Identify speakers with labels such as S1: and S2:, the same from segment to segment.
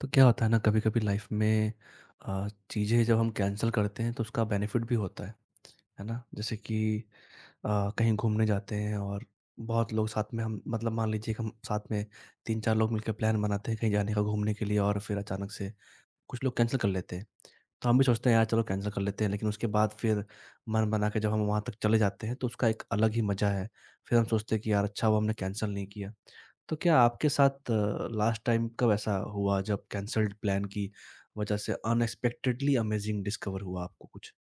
S1: तो क्या होता है ना कभी कभी लाइफ में चीज़ें जब हम कैंसिल करते हैं तो उसका बेनिफिट भी होता है। है ना जैसे कि अ, कहीं घूमने जाते हैं और बहुत लोग साथ में हम मतलब मान लीजिए कि हम साथ में तीन चार लोग मिलकर प्लान बनाते हैं कहीं जाने का घूमने के लिए और फिर अचानक से कुछ लोग कैंसिल कर लेते हैं। तो हम भी सोचते हैं यार चलो कैंसिल कर लेते हैं लेकिन उसके बाद फिर मन बना के जब हम वहाँ तक चले जाते हैं तो उसका एक अलग ही मज़ा है। फिर हम सोचते हैं कि यार अच्छा वो हमने कैंसिल नहीं किया। तो क्या आपके साथ लास्ट टाइम कब ऐसा हुआ जब कैंसल्ड प्लान की वजह से अनएक्सपेक्टेडली अमेज़िंग डिस्कवर हुआ आपको कुछ?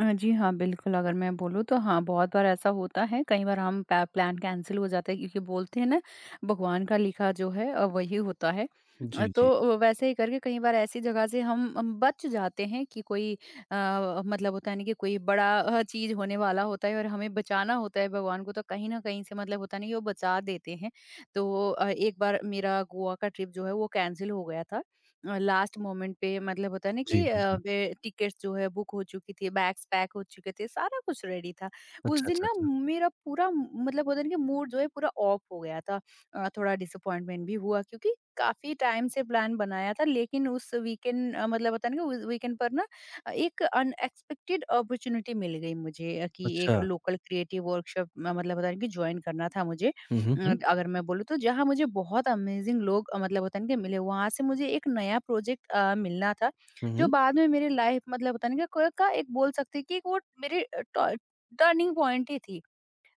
S2: जी हाँ, बिल्कुल, अगर मैं बोलूँ तो हाँ, बहुत बार ऐसा होता है, कई बार हम पै प्लान कैंसल हो जाता है क्योंकि बोलते हैं ना, भगवान का लिखा जो है वही होता है।
S1: जी, जी।
S2: तो वैसे ही करके कई बार ऐसी जगह से हम बच जाते हैं कि कोई मतलब होता है ना कि कोई बड़ा चीज़ होने वाला होता है और हमें बचाना होता है भगवान को, तो कहीं न कहीं से मतलब होता है ना कि वो बचा देते हैं। तो एक बार मेरा गोवा का ट्रिप जो है, वो कैंसल हो गया था। लास्ट मोमेंट पे मतलब होता है ना
S1: जी,
S2: कि
S1: जी।
S2: वे टिकट्स जो है बुक हो चुकी थी, बैग्स पैक हो चुके थे, सारा कुछ रेडी था। उस
S1: अच्छा,
S2: दिन
S1: अच्छा,
S2: ना
S1: अच्छा।
S2: मेरा पूरा मतलब होता है ना कि मूड जो है पूरा ऑफ हो गया था। थोड़ा डिसअपॉइंटमेंट भी हुआ क्योंकि काफ़ी टाइम से प्लान बनाया था लेकिन उस वीकेंड मतलब होता है ना कि उस वीकेंड पर ना एक अनएक्सपेक्टेड अपॉर्च्युनिटी मिल गई मुझे कि एक
S1: अच्छा।
S2: लोकल क्रिएटिव वर्कशॉप म मतलब होता है ना कि जॉइन करना था मुझे।
S1: हुँ, हुँ, हुँ।
S2: अगर मैं बोलूँ तो जहाँ मुझे बहुत अमेज़िंग लोग मतलब होता है ना कि मिले, वहाँ से मुझे एक नया प्रोजेक्ट मिलना था,
S1: हुँ,
S2: जो
S1: हुँ।
S2: बाद में मेरे लाइफ़ मतलब होता है ना कि क का एक बोल सकते हैं कि वो मेरे ट टर्निंग पॉइंट ही थी।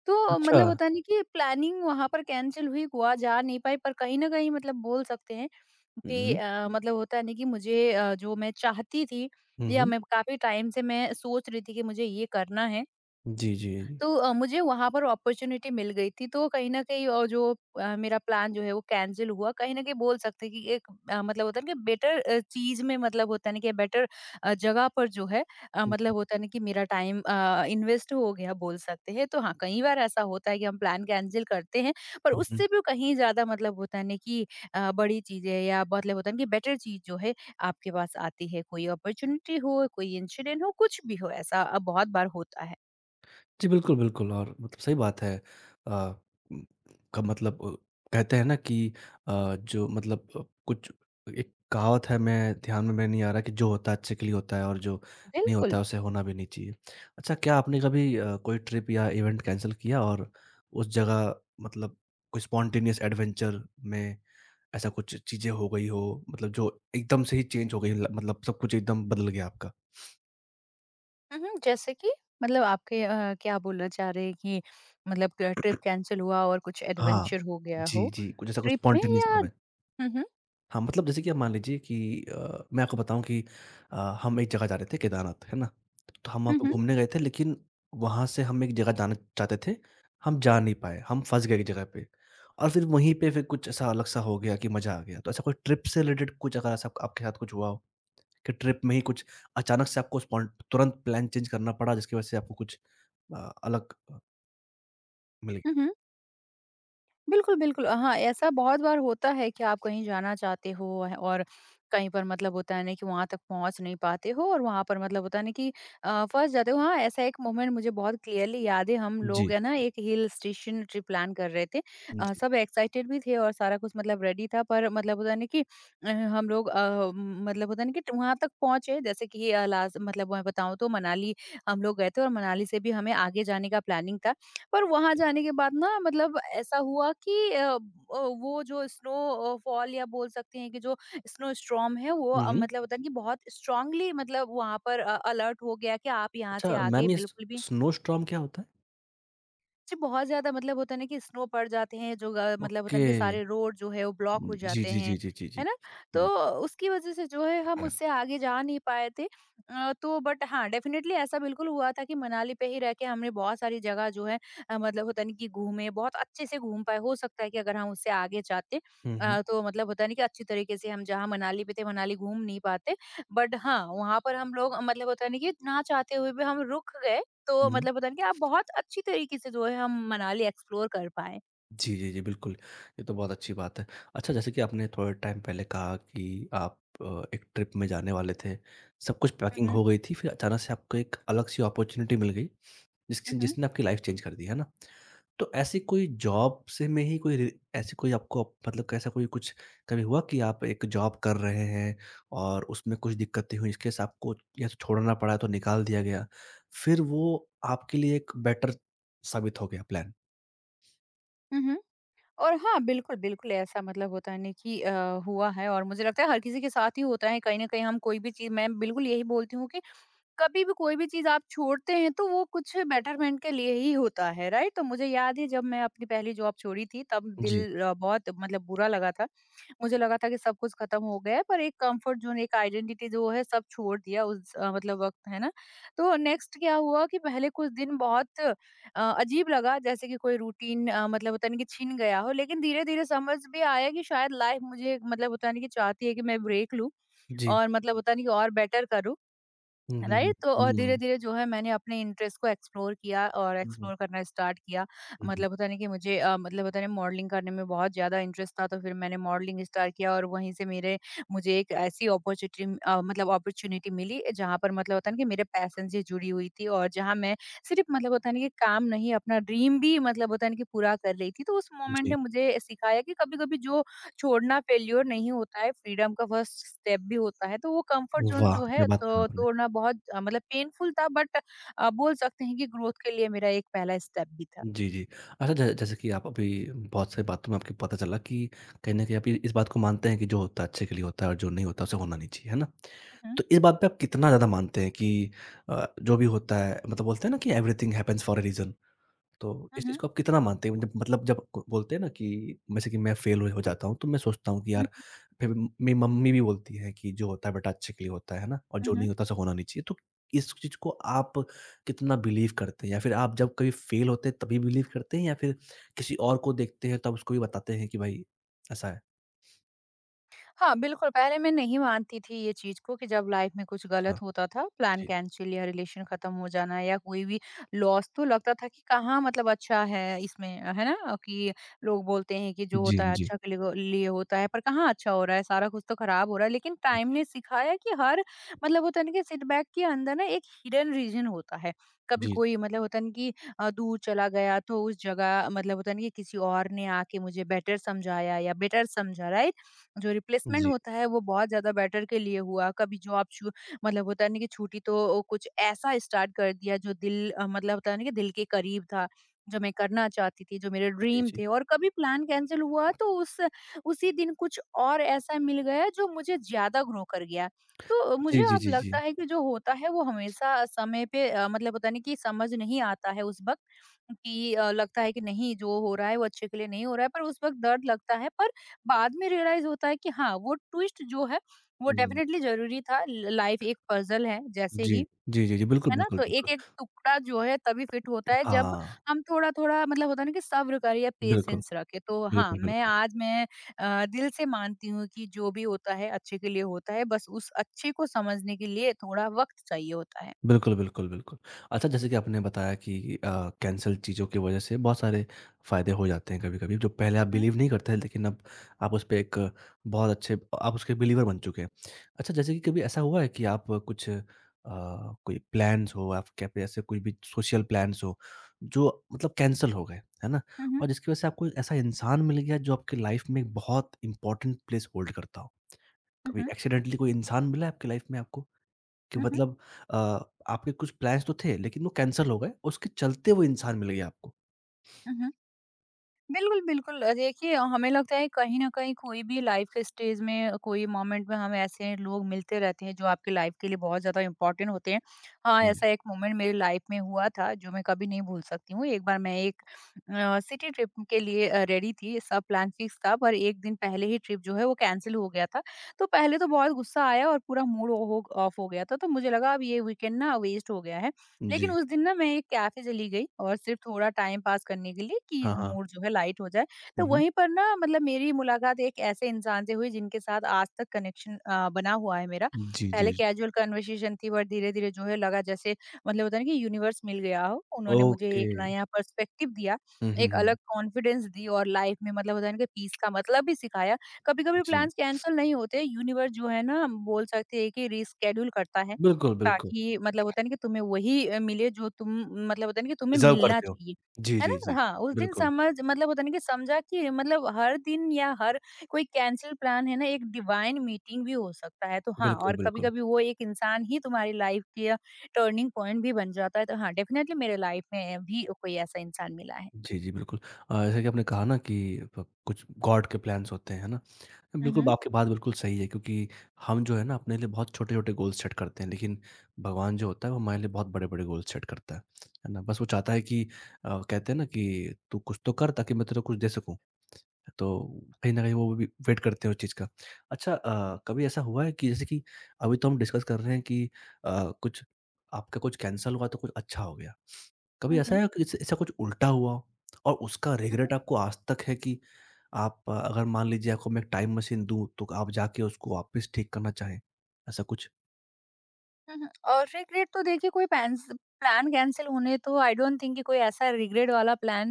S2: तो
S1: अच्छा।
S2: मतलब होता है ना कि प्लानिंग वहाँ पर कैंसल हुई, गोवा जा नहीं पाई, पर कहीं न कहीं मतलब बोल सकते हैं
S1: हुँ,
S2: कि
S1: हुँ।
S2: मतलब होता है ना कि मुझे जो मैं चाहती थी
S1: हुँ,
S2: या
S1: हुँ।
S2: मैं काफ़ी टाइम से मैं सोच रही थी कि मुझे ये करना है।
S1: जी, जी।
S2: तो मुझे वहाँ पर अपॉर्च्युनिटी मिल गई थी तो कहीं न कहीं जो मेरा प्लान जो है वो कैंसल हुआ। कहीं न कहीं बोल सकते हैं कि एक मतलब होता है ना कि बेटर चीज़ में मतलब होता है ना कि बेटर जगह पर जो है
S1: हुँ, हुँ।
S2: मतलब होता है ना कि मेरा टाइम इन्वेस्ट हो गया बोल सकते हैं। तो हाँ, कई बार ऐसा होता है कि हम प्लान कैंसल करते हैं पर
S1: हुँ, हुँ।
S2: उससे भी कहीं ज़्यादा मतलब होता है ना कि बड़ी चीज़ें या मतलब होता है ना कि बेटर चीज़ जो है आपके पास आती है। कोई अपॉर्च्युनिटी हो, कोई इंसिडेंट हो, कुछ भी हो ऐसा बहुत बार होता है।
S1: जी, बिल्कुल, बिल्कुल और मतलब सही बात है। अ, उम, का मतलब कहते हैं ना कि जो मतलब कुछ एक कहावत है मैं ध्यान में मेरे नहीं आ रहा कि जो होता है अच्छे के लिए होता है और जो नहीं होता
S2: बिल्कुल।
S1: है उसे होना भी नहीं चाहिए। अच्छा क्या आपने कभी कोई ट्रिप या इवेंट कैंसल किया और उस जगह मतलब कोई स्पॉन्टेनियस एडवेंचर में ऐसा कुछ चीज़ें हो गई हो मतलब जो एकदम से ही चेंज हो गई ल मतलब सब कुछ एकदम बदल गया आपका?
S2: हुँ, हुँ, जैसे कि? मतलब आपके क्या बोलना चाह रहे हैं कि मतलब क ट्रिप कैंसल हुआ और कुछ
S1: हाँ।
S2: एडवेंचर हो गया
S1: जी,
S2: हो,
S1: जी, कुछ ऐसा कुछ
S2: ट्रिप में
S1: स्पॉन्टेनियस।
S2: या हुँ, हुँ,
S1: हाँ, मतलब जैसे कि आप मान लीजिए कि मैं आपको बताऊँ कि अ, हम एक जगह जा रहे थे केदारनाथ, है ना? तो हम वहाँ
S2: हुँ,
S1: पे
S2: हुँ,
S1: घूमने गए थे लेकिन वहाँ से हम एक जगह जाना चाहते थे, हम जा नहीं पाए, हम फँस गए एक जगह पे। और फिर वहीं पे फिर कुछ ऐसा अलग-सा हो गया कि मज़ा आ गया। तो ऐसा कोई ट्रिप से रिलेटेड कुछ अगर ऐसा आपके साथ कुछ हुआ हो, कि ट्रिप में ही कुछ अचानक से आपको स्पॉन तुरंत प्लान चेंज करना पड़ा जिसकी वजह से आपको कुछ अलग मिल
S2: हुँ,
S1: गया?
S2: हुँ। बिल्कुल, बिल्कुल। हाँ, ऐसा बहुत बार होता है कि आप कहीं जाना चाहते हो और कहीं पर मतलब होता है ना कि वहाँ तक पहुँच नहीं पाते हो और वहाँ पर मतलब होता है ना कि फँस जाते हो। हाँ, ऐसा एक मोमेंट मुझे बहुत क्लियरली याद है, हम लोग
S1: जी,
S2: है ना एक हिल स्टेशन ट्रिप प्लान कर रहे थे।
S1: जी,
S2: सब एक्साइटेड भी थे और सारा कुछ मतलब रेडी था पर मतलब होता है ना कि हम लोग मतलब होता है ना कि वहाँ तक पहुँचे जैसे कि लास्ट मतलब मैं बताऊँ तो मनाली हम लोग गए थे और मनाली से भी हमें आगे जाने का प्लानिंग था। पर वहाँ
S1: जी।
S2: जाने के बाद ना मतलब ऐसा हुआ कि वो जो स्नो फॉल या बोल सकते हैं कि जो स्नो स्टॉर्म है वो
S1: हुँ, हुँ।
S2: मतलब होता है कि बहुत स्ट्रांगली मतलब वहाँ पर अलर्ट हो गया कि आप यहाँ
S1: अच्छा
S2: से आगे
S1: मैमी स
S2: बिल्कुल भी
S1: स्नो स्टॉर्म क्या होता है?
S2: जी, बहुत ज़्यादा मतलब होता है ना कि स्नो पड़ जाते हैं जो ग मतलब होता
S1: ओके।
S2: है ना कि सारे रोड जो है वो ब्लॉक
S1: हुँ,
S2: हो
S1: जी,
S2: जाते
S1: जी, जी,
S2: हैं,
S1: जी, जी, जी।
S2: है ना? तो
S1: हुँ।
S2: उसकी वज़ह से जो है हम उससे आगे जा नहीं पाए थे। तो बट हाँ, डेफ़िनेटली ऐसा बिल्कुल हुआ था कि मनाली पे ही रह के हमने बहुत सारी जगह जो है मतलब होता नहीं कि घूमे, बहुत अच्छे से घूम पाए। हो सकता है कि अगर हम उससे आगे जाते
S1: हुँ, हुँ,
S2: तो मतलब होता नहीं कि अच्छी तरीके से हम जहाँ मनाली पे थे, मनाली घूम नहीं पाते। बट हाँ, वहाँ पर हम लोग मतलब होता नहीं कि ना चाहते हुए भी हम रुक गए तो
S1: हुँ।
S2: मतलब होता है ना कि आप बहुत अच्छी तरीके से जो है हम मनाली एक्सप्लोर कर पाएँ।
S1: जी, जी, जी, बिल्कुल। ये तो बहुत अच्छी बात है। अच्छा जैसे कि आपने थोड़े टाइम पहले कहा कि आप एक ट्रिप में जाने वाले थे, सब कुछ पैकिंग
S2: हुँ,
S1: हो गई थी, फिर अचानक से आपको एक अलग-सी अपॉर्च्युनिटी मिल गई
S2: हुँ,
S1: जिसने आपकी लाइफ चेंज कर दी, है ना? तो ऐसी कोई जॉब से में ही कोई रि ऐसी कोई आपको मतलब ऐसा कोई कुछ कभी हुआ कि आप एक जॉब कर रहे हैं और उसमें कुछ दिक्कतें हुई, इसके साथ आपको या तो छोड़ना पड़ा तो निकाल दिया गया, फिर वो आपके लिए एक बेटर साबित हो गया प्लान?
S2: हुँ, हुँ। और हाँ, बिल्कुल, बिल्कुल ऐसा मतलब होता है ना कि हुआ है और मुझे लगता है हर किसी के साथ ही होता है कहीं न कहीं हम कोई भी चीज़ मैं बिल्कुल यही बोलती हूँ कि कभी भी कोई भी चीज़ आप छोड़ते हैं तो वो कुछ बेटरमेंट के लिए ही होता है, राइट? तो मुझे याद है जब मैं अपनी पहली जॉब छोड़ी थी तब
S1: जी,
S2: दिल बहुत मतलब बुरा लगा था। मुझे लगा था कि सब कुछ खत्म हो गया है पर एक कम्फर्ट ज़ोन, एक आइडेंटिटी जो है सब छोड़ दिया उस मतलब वक़्त, है ना? तो नेक्स्ट क्या हुआ कि पहले कुछ दिन बहुत अजीब लगा जैसे कि कोई रूटीन मतलब होता नहीं कि छिन गया हो लेकिन धीरे-धीरे समझ भी आया कि शायद लाइफ़ मुझे मतलब होता नहीं कि चाहती है कि मैं ब्रेक लूँ
S1: जी।
S2: और मतलब होता नहीं कि और बेटर करूँ।
S1: हुँ, हुँ, हुँ।
S2: राइट? तो और
S1: हुँ, हुँ।
S2: धीरे-धीरे जो है मैंने अपने इंटरेस्ट को एक्सप्लोर किया और
S1: हुँ, हुँ।
S2: एक्सप्लोर करना स्टार्ट किया।
S1: हुँ, हुँ।
S2: मतलब होता है ना कि मुझे मतलब होता है ना मॉडलिंग करने में बहुत ज़्यादा इंटरेस्ट था तो फिर मैंने मॉडलिंग स्टार्ट किया और वहीं से मेरे मुझे एक ऐसी अपॉर्चुनिटी मतलब अपॉर्चुनिटी मिली जहाँ पर मतलब होता है ना कि मेरे पैशन से जुड़ी हुई थी और जहाँ मैं सिर्फ़ मतलब होता है ना कि काम नहीं अपना ड्रीम भी मतलब होता है ना कि पूरा कर रही थी। तो उस मोमेंट
S1: जी।
S2: ने मुझे सिखाया कि कभी-कभी जो छोड़ना फेल्योर नहीं होता है, फ्रीडम का फर्स्ट स्टेप भी होता है। तो वो कम्फर्ट ज़ोन
S1: वाह!
S2: जो
S1: क्या
S2: है
S1: बात कहा
S2: तो
S1: आपने।
S2: तोड़ना बहुत मतलब पेनफुल था बट बोल सकते हैं कि ग्रोथ के लिए मेरा एक पहला स्टेप भी था।
S1: जी, जी। अच्छा ज जैसे कि आप अभी बहुत सारी बातों में आपको पता चला कि कहीं न कहीं आप ये इस बात को मानते हैं कि जो होता है अच्छे के लिए होता है और जो नहीं होता उसे होना नहीं चाहिए, है ना?
S2: हुँ, हुँ।
S1: तो इस बात पे आप कितना ज़्यादा मानते हैं कि जो भी होता है मतलब बोलते हैं ना कि everything happens for a reason. तो
S2: हुँ,
S1: इस चीज़
S2: हुँ।
S1: को आप कितना मानते हैं? जब मतलब जब क बोलते हैं ना कि जैसे कि मैं फेल हो जाता हूँ, तो मैं सोचता हूँ कि
S2: हुँ,
S1: यार
S2: हुँ,
S1: फिर मेरी मम्मी भी बोलती है कि जो होता है बेटा अच्छे के लिए होता है ना? और
S2: हुँ,
S1: जो नहीं
S2: हुँ।
S1: होता सो होना नहीं चाहिए। तो इस चीज़ को आप कितना बिलीव करते हैं? या फिर आप जब कभी फेल होते हैं तभी बिलीव करते हैं या फिर किसी और को देखते हैं तब उसको भी बताते हैं कि भाई ऐसा है?
S2: हाँ, बिल्कुल, पहले मैं नहीं मानती थी ये चीज़ को कि जब लाइफ में कुछ
S1: हाँ,
S2: गलत होता था, प्लान
S1: जी।
S2: कैंसल या रिलेशन खत्म हो जाना या कोई भी लॉस तो लगता था कि कहाँ मतलब अच्छा है इसमें, है ना? कि लोग बोलते हैं कि जो
S1: जी,
S2: होता है
S1: जी।
S2: अच्छा के लिए ग लिए होता है, पर कहाँ अच्छा हो रहा है, सारा कुछ तो खराब हो रहा है। लेकिन
S1: जी,
S2: टाइम
S1: जी,
S2: ने सिखाया कि हर मतलब होता है ना कि सेटबैक के अंदर ना एक हिडन रीज़न होता है। कभी
S1: जी,
S2: कोई मतलब होता है ना कि दूर चला गया तो उस जगह मतलब होता है ना कि किसी और ने आके मुझे बेटर समझाया या बेटर समझा रहा है जो
S1: जी,
S2: रिप्लेसमेंट
S1: जी।
S2: होता है वो बहुत ज़्यादा बेटर के लिए हुआ। कभी जॉब छू मतलब होता है ना कि छूटी तो कुछ ऐसा स्टार्ट कर दिया जो दिल मतलब होता है ना कि दिल के करीब था, जो मैं करना चाहती थी, जो मेरे ड्रीम थे और कभी प्लान कैंसल हुआ तो उस उसी दिन कुछ और ऐसा मिल गया जो मुझे ज़्यादा ग्रो कर गया। तो मुझे
S1: जी, जी,
S2: अब
S1: जी, जी।
S2: लगता है कि जो होता है वो हमेशा समय पे मतलब होता है ना कि समझ नहीं आता है उस वक़्त कि लगता है कि नहीं जो हो रहा है वो अच्छे के लिए नहीं हो रहा है पर उस वक़्त दर्द लगता है पर बाद में रियलाइज होता है कि हाँ, वो ट्विस्ट जो है वो
S1: हुँ,
S2: डेफिनिटली ज़रूरी था। ल लाइफ एक पज़ल है जैसे
S1: जी।
S2: ही,
S1: जी, जी, जी। बिल्कुल,
S2: है ना?
S1: बिल्कुल,
S2: तो
S1: बिल्कुल।
S2: एक-एक टुकड़ा जो है तभी फिट होता है जब
S1: हाँ,
S2: हम थोड़ा-थोड़ा मतलब होता है ना कि सब्र करें या
S1: बिल्कुल,
S2: पेशेंस रखें। तो हाँ,
S1: बिल्कुल,
S2: मैं
S1: बिल्कुल।
S2: आज मैं दिल से मानती हूँ कि जो भी होता है अच्छे के लिए होता है, बस उस अच्छे को समझने के लिए थोड़ा वक़्त चाहिए होता है।
S1: बिल्कुल, बिल्कुल, बिल्कुल। अच्छा जैसे कि आपने बताया कि कैंसल चीज़ों की वज़ह से बहुत सारे फ़ायदे हो जाते हैं कभी-कभी जो पहले आप
S2: हुँ,
S1: बिलीव
S2: हुँ।
S1: नहीं करते थे लेकिन अब आप उस पे एक बहुत अच्छे आप उसके बिलीवर बन चुके हैं। अच्छा जैसे कि कभी ऐसा हुआ है कि आप कुछ कोई प्लान्स हो आपके पे ऐसे कोई भी सोशल प्लान्स हो जो मतलब कैंसल हो गए, है ना?
S2: हुँ,
S1: और
S2: हुँ।
S1: जिसकी वज़ह से आपको एक ऐसा इंसान मिल गया जो आपकी लाइफ़ में एक बहुत इम्पोर्टेंट प्लेस होल्ड करता हो।
S2: हुँ,
S1: कभी
S2: हुँ।
S1: एक्सीडेंटली कोई इंसान मिला है आपकी लाइफ़ में आपको? कि
S2: हुँ, हुँ।
S1: मतलब अ, आपके कुछ प्लान्स तो थे लेकिन वो कैंसल हो गए, उसके चलते वो इंसान मिल गया आपको?
S2: हुँ, हुँ। बिल्कुल, बिल्कुल, देखिए हमें लगता है कहीं न कहीं कोई भी लाइफ के स्टेज में कोई मोमेंट में हमें ऐसे लोग मिलते रहते हैं जो आपकी लाइफ के लिए बहुत ज़्यादा इम्पोर्टेंट होते हैं। हाँ,
S1: हुँ,
S2: ऐसा एक मोमेंट मेरी लाइफ में हुआ था जो मैं कभी नहीं भूल सकती हूँ। एक बार मैं एक सिटी ट्रिप के लिए रेडी थी, सब प्लान फिक्स था पर 1 दिन पहले ही ट्रिप जो है वो कैंसल हो गया था। तो पहले तो बहुत गुस्सा आया और पूरा मूड ओ हो ऑफ हो गया था। तो मुझे लगा अब ये वीकेंड ना वेस्ट हो गया है। लेकिन
S1: जी।
S2: उस दिन ना मैं एक कैफ़े चली गई और सिर्फ़ थोड़ा टाइम पास करने के लिए कि
S1: हाँ, हाँ।
S2: मूड जो है लाइट हो जाए।
S1: हुँ,
S2: तो
S1: हुँ।
S2: वहीं पर ना मतलब मेरी मुलाकात एक ऐसे इंसान से हुई जिनके साथ आज तक कनेक्शन बना हुआ है मेरा।
S1: जी, जी,
S2: पहले
S1: जी।
S2: कैजुअल कन्वर्सेशन थी बट धीरे-धीरे जो है लगा जैसे मतलब होता है ना कि यूनिवर्स मिल गया हो। उन्होंने मुझे
S1: ओके।
S2: एक नया पर्सपेक्टिव दिया,
S1: हुँ, हुँ,
S2: एक
S1: हुँ।
S2: अलग कॉन्फिडेंस दी और लाइफ़ में मतलब होता है ना कि पीस का मतलब भी सिखाया। कभी-कभी
S1: जी।
S2: प्लान्स कैंसल नहीं होते, यूनिवर्स जो है ना हम बोल सकते हैं कि रिशेड्यूल करता है।
S1: बिल्कुल, बिल्कुल।
S2: ताकि मतलब होता है ना कि तुम्हें वही मिले जो तुम मतलब होता है ना कि तुम्हें
S1: डिज़र्व
S2: मिलना
S1: करते हो।
S2: चाहिए।
S1: जी,
S2: है
S1: जी,
S2: ना?
S1: जी।
S2: हाँ, उस दिन
S1: बिल्कुल,
S2: समझ मतलब होता है ना कि समझा कि मतलब हर दिन या हर कोई कैंसल प्लान है ना एक डिवाइन मीटिंग भी हो सकता है। तो हाँ,
S1: बिल्कुल,
S2: और
S1: बिल्कुल।
S2: कभी-कभी वो एक इंसान ही तुम्हारी लाइफ़ के टर्निंग पॉइंट भी बन जाता है। तो हाँ, डेफ़िनेटली मेरे लाइफ़ में भी कोई ऐसा इंसान मिला है।
S1: जी, जी, बिल्कुल। जैसे कि आपने कहा ना कि प कुछ गॉड के प्लान्स होते हैं, है ना?
S2: हुँ,
S1: बिल्कुल,
S2: हुँ।
S1: आपकी बात बिल्कुल सही है क्योंकि हम जो है ना अपने लिए बहुत छोटे-छोटे गोल सेट करते हैं, लेकिन भगवान जो होता है वो हमारे लिए बहुत बड़े-बड़े गोल सेट करता है ना? बस वो चाहता है कि कहते हैं ना कि तू कुछ तो कर ताकि मैं तेरे को कुछ दे सकूँ, तो कहीं न कहीं वो भी वेट करते हैं उस चीज़ का। अच्छा कभी ऐसा हुआ है कि जैसे कि अभी तो हम डिस्कस कर रहे हैं कि कुछ आपका कुछ कैंसल हुआ तो कुछ अच्छा हो गया। कभी
S2: हुँ,
S1: ऐसा
S2: हुँ।
S1: है कि इस ऐसा कुछ उल्टा हुआ हो और उसका
S2: हुँ, हुँ।
S1: रिग्रेट आपको आज तक है कि आप अगर मान लीजिए आपको मैं एक टाइम मशीन दूँ तो आप जाके उसको वापस ठीक करना चाहें, ऐसा कुछ?
S2: हुँ, हुँ। और रिग्रेट तो देखिए कोई पैन्स प्लान कैंसल होने तो आई डोंट थिंक कि कोई ऐसा रिग्रेट वाला प्लान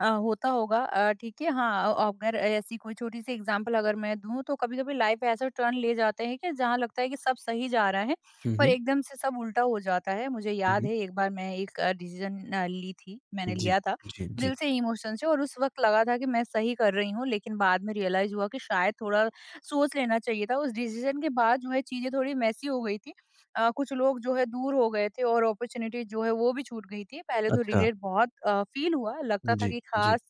S2: होता होगा, ठीक है। हाँ, अगर ऐसी कोई छोटी-सी एग्ज़ाम्पल अगर मैं दूँ तो कभी-कभी लाइफ़ ऐसा टर्न ले जाते हैं कि जहाँ लगता है कि सब सही जा रहा है,
S1: हुँ,
S2: पर
S1: हुँ।
S2: एकदम से सब उल्टा हो जाता है। मुझे
S1: हुँ,
S2: याद
S1: हुँ।
S2: है एक बार मैं एक डिसीज़न अ, ली थी मैंने
S1: जी,
S2: लिया था,
S1: जी,
S2: दिल
S1: जी।
S2: से इमोशन से और उस वक़्त लगा था कि मैं सही कर रही हूँ, लेकिन बाद में रियलाइज़ हुआ कि शायद थोड़ा सोच लेना चाहिए था। उस डिसीज़न के बाद जो है चीज़ें थोड़ी मेसी हो गई थी। कुछ लोग जो है दूर हो गए थे और अपॉर्च्युनिटी जो है वो भी छूट गई थी। पहले तो
S1: अच्छा।
S2: रिग्रेट बहुत फील हुआ, लगता था
S1: जी,
S2: कि
S1: जी।
S2: खास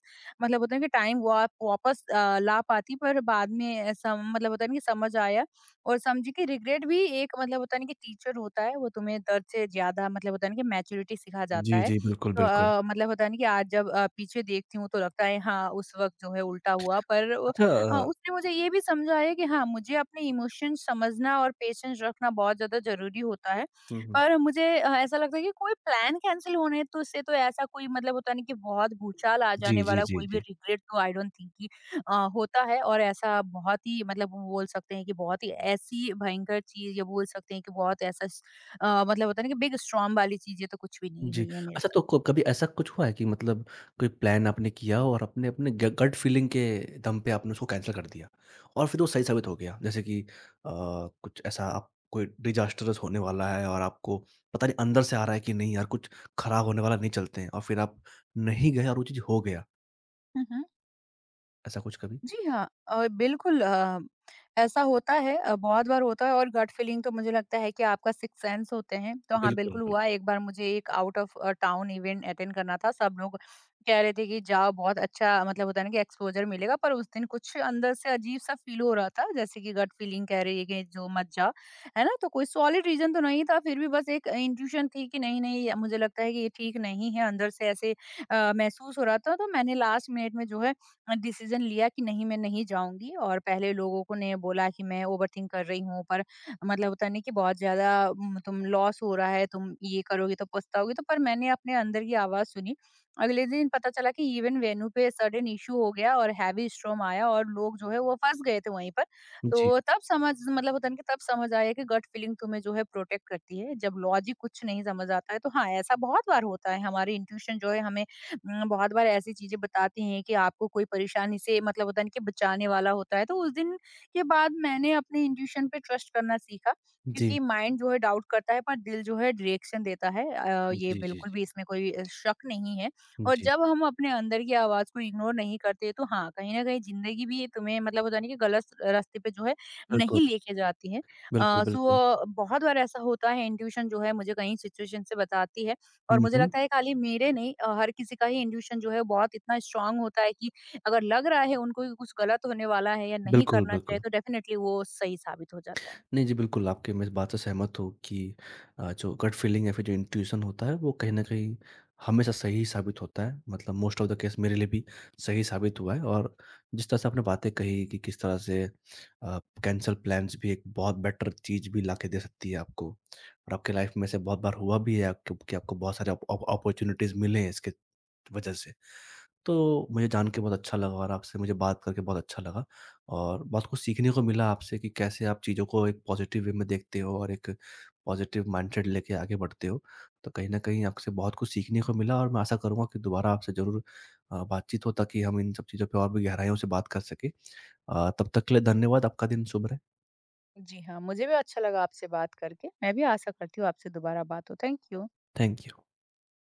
S2: मतलब होता है कि टाइम वा वापस ला पाती पर बाद में अ, सम मतलब होता है ना कि समझ आया और समझी कि रिग्रेट भी एक मतलब होता है ना कि टीचर होता है, वो तुम्हें दर्द से ज़्यादा मतलब होता है ना कि मैच्योरिटी सिखा जाता
S1: जी,
S2: है।
S1: जी, बिल्कुल,
S2: तो
S1: बिल्कुल।
S2: मतलब होता है ना कि आज जब पीछे देखती हूँ तो लगता है हाँ, उस वक़्त जो है उल्टा हुआ पर
S1: अच्छा
S2: उसने मुझे ये भी समझाया कि हाँ, मुझे अपने इमोशंस समझना और पेशेंस रखना बहुत ज़्यादा ज़रूरी होता है।
S1: हुँ, हुँ।
S2: और मुझे ऐसा लगता है कि कोई प्लान कैंसल होने तो से तो ऐसा कोई मतलब होता नहीं कि बहुत भूचाल आ
S1: जी,
S2: जाने
S1: जी,
S2: वाला
S1: जी,
S2: कोई भी
S1: जी।
S2: रिग्रेट तो आई डोंट थिंक कि होता है और ऐसा बहुत ही मतलब वो बोल सकते हैं कि बहुत ही ऐसी भयंकर चीज़ या बोल सकते हैं कि बहुत ऐसा मतलब होता है ना कि बिग स्टॉर्म वाली चीज़ें तो कुछ भी नहीं
S1: जी।
S2: हुई है मेरे
S1: अच्छा
S2: साथ।
S1: तो को कभी ऐसा कुछ हुआ है कि मतलब कोई प्लान आपने किया और अपने अपने ग गट फीलिंग के दम पे आपने उसको कैंसल कर दिया और फिर वो सही साबित हो गया? जैसे कि कुछ ऐसा आप कोई डिज़ास्टरस होने वाला है और आपको पता नहीं अंदर से आ रहा है कि नहीं यार कुछ खराब होने वाला नहीं चलते हैं और फिर आप नहीं गए और वो चीज़ हो गया,
S2: हुँ, हुँ।
S1: ऐसा कुछ कभी?
S2: जी हाँ, बिल्कुल, ऐसा होता है, बहुत बार होता है और गट फीलिंग तो मुझे लगता है कि आपका सिक्स सेंस होते हैं। तो हाँ,
S1: बिल्कुल,
S2: बिल्कुल
S1: बिल्कुल।
S2: हुआ। एक बार मुझे एक out of town event attend करना था, सब लोग कह रहे थे कि जाओ बहुत अच्छा मतलब होता है ना कि एक्सपोजर मिलेगा, पर उस दिन कुछ अंदर से अजीब सा फील हो रहा था जैसे कि गट फीलिंग कह रही है कि जो मत जा। है ना? तो कोई सॉलिड रीजन तो नहीं था फिर भी बस एक इंट्यूशन थी कि नहीं, नहीं मुझे लगता है कि ये ठीक नहीं है। अंदर से ऐसे महसूस हो रहा था तो मैंने लास्ट मिनट में जो है डिसीजन लिया कि नहीं, मैं नहीं जाऊँगी। और पहले लोगों को ने बोला कि मैं ओवरथिंक कर रही हूँ पर मतलब होता नहीं कि बहुत ज़्यादा तुम लॉस हो रहा है, तुम ये करोगी तो पछताओगी तो, पर मैंने अपने अंदर की आवाज़ सुनी। अगले दिन पता चला कि इवेंट वेन्यू पे सडन इश्यू हो गया और हैवी स्टॉर्म आया और लोग जो है वो फँस गए थे वहीं पर।
S1: जी,
S2: तो तब समझ मतलब होता है ना कि तब समझ आया कि गट फीलिंग तुम्हें जो है प्रोटेक्ट करती है जब लॉजिक कुछ नहीं समझ आता है। तो हाँ, ऐसा बहुत बार होता है हमारी इंट्यूशन जो है हमें बहुत बार ऐसी चीज़ें बताती हैं कि आपको कोई परेशानी से मतलब होता है ना कि बचाने वाला होता है। तो उस दिन के बाद मैंने अपने इंट्यूशन पे ट्रस्ट करना सीखा
S1: जी।
S2: क्योंकि माइंड जो है डाउट करता है पर दिल जो है डायरेक्शन देता है। ये
S1: जी, जी,
S2: बिल्कुल
S1: जी।
S2: भी, इसमें कोई शक नहीं है। और
S1: जी,
S2: जब हम अपने अंदर की आवाज़ को इग्नोर नहीं करते तो हाँ, कहीं न कहीं ज़िंदगी भी तुम्हें मतलब होता है ना कि गलत रास्ते पे जो है
S1: बिल्कुल।
S2: नहीं लेके जाती है।
S1: बिल्कुल, बिल्कुल।
S2: सो बहुत बार ऐसा होता है, इंट्यूशन जो है मुझे कई सिचुएशन से बताती है। और
S1: हुँ,
S2: मुझे
S1: हुँ।
S2: लगता है खाली मेरे नहीं, हर किसी का ही इंट्यूशन जो है बहुत इतना स्ट्रांग होता है कि अगर लग रहा है उनको कि कुछ गलत होने वाला है या नहीं
S1: बिल्कुल,
S2: करना चाहिए
S1: बिल्कुल।
S2: तो डेफिनेटली वो सही साबित हो जाता है।
S1: नहीं जी, बिल्कुल आपके मैं इस बात से सहमत हूँ कि जो गट फीलिंग या फिर जो इंट्यूशन होता है वो कहीं न कहीं हमेशा सही साबित होता है। मतलब मोस्ट ऑफ द केस मेरे लिए भी सही साबित हुआ है और जिस तरह से आपने बातें कही कि किस तरह से कैंसल प्लान्स भी एक बहुत बेटर चीज़ भी लाके दे सकती है आपको और आपके लाइफ में से बहुत बार हुआ भी है आपको कि आपको बहुत सारे अप अप अपॉर्च्युनिटीज़ मिले हैं इसके वजह से। तो मुझे जान के बहुत अच्छा लगा और आपसे मुझे बात करके बहुत अच्छा लगा और बहुत कुछ सीखने को मिला आपसे कि कैसे आप चीज़ों को एक पॉजिटिव वे में देखते हो और एक पॉजिटिव माइंडसेट लेके आगे बढ़ते हो। तो कहीं न कहीं आपसे बहुत कुछ सीखने को मिला और मैं आशा करूँगा कि दोबारा आपसे ज़रूर बातचीत हो ताकि हम इन सब चीज़ों पे और भी गहराइयों से बात कर सकें। तब तक के लिए धन्यवाद। आपका दिन शुभ रहे।
S2: जी हाँ, मुझे भी अच्छा लगा आपसे बात करके। मैं भी आशा करती हूँ आपसे दोबारा बात हो। Thank you.
S1: Thank you.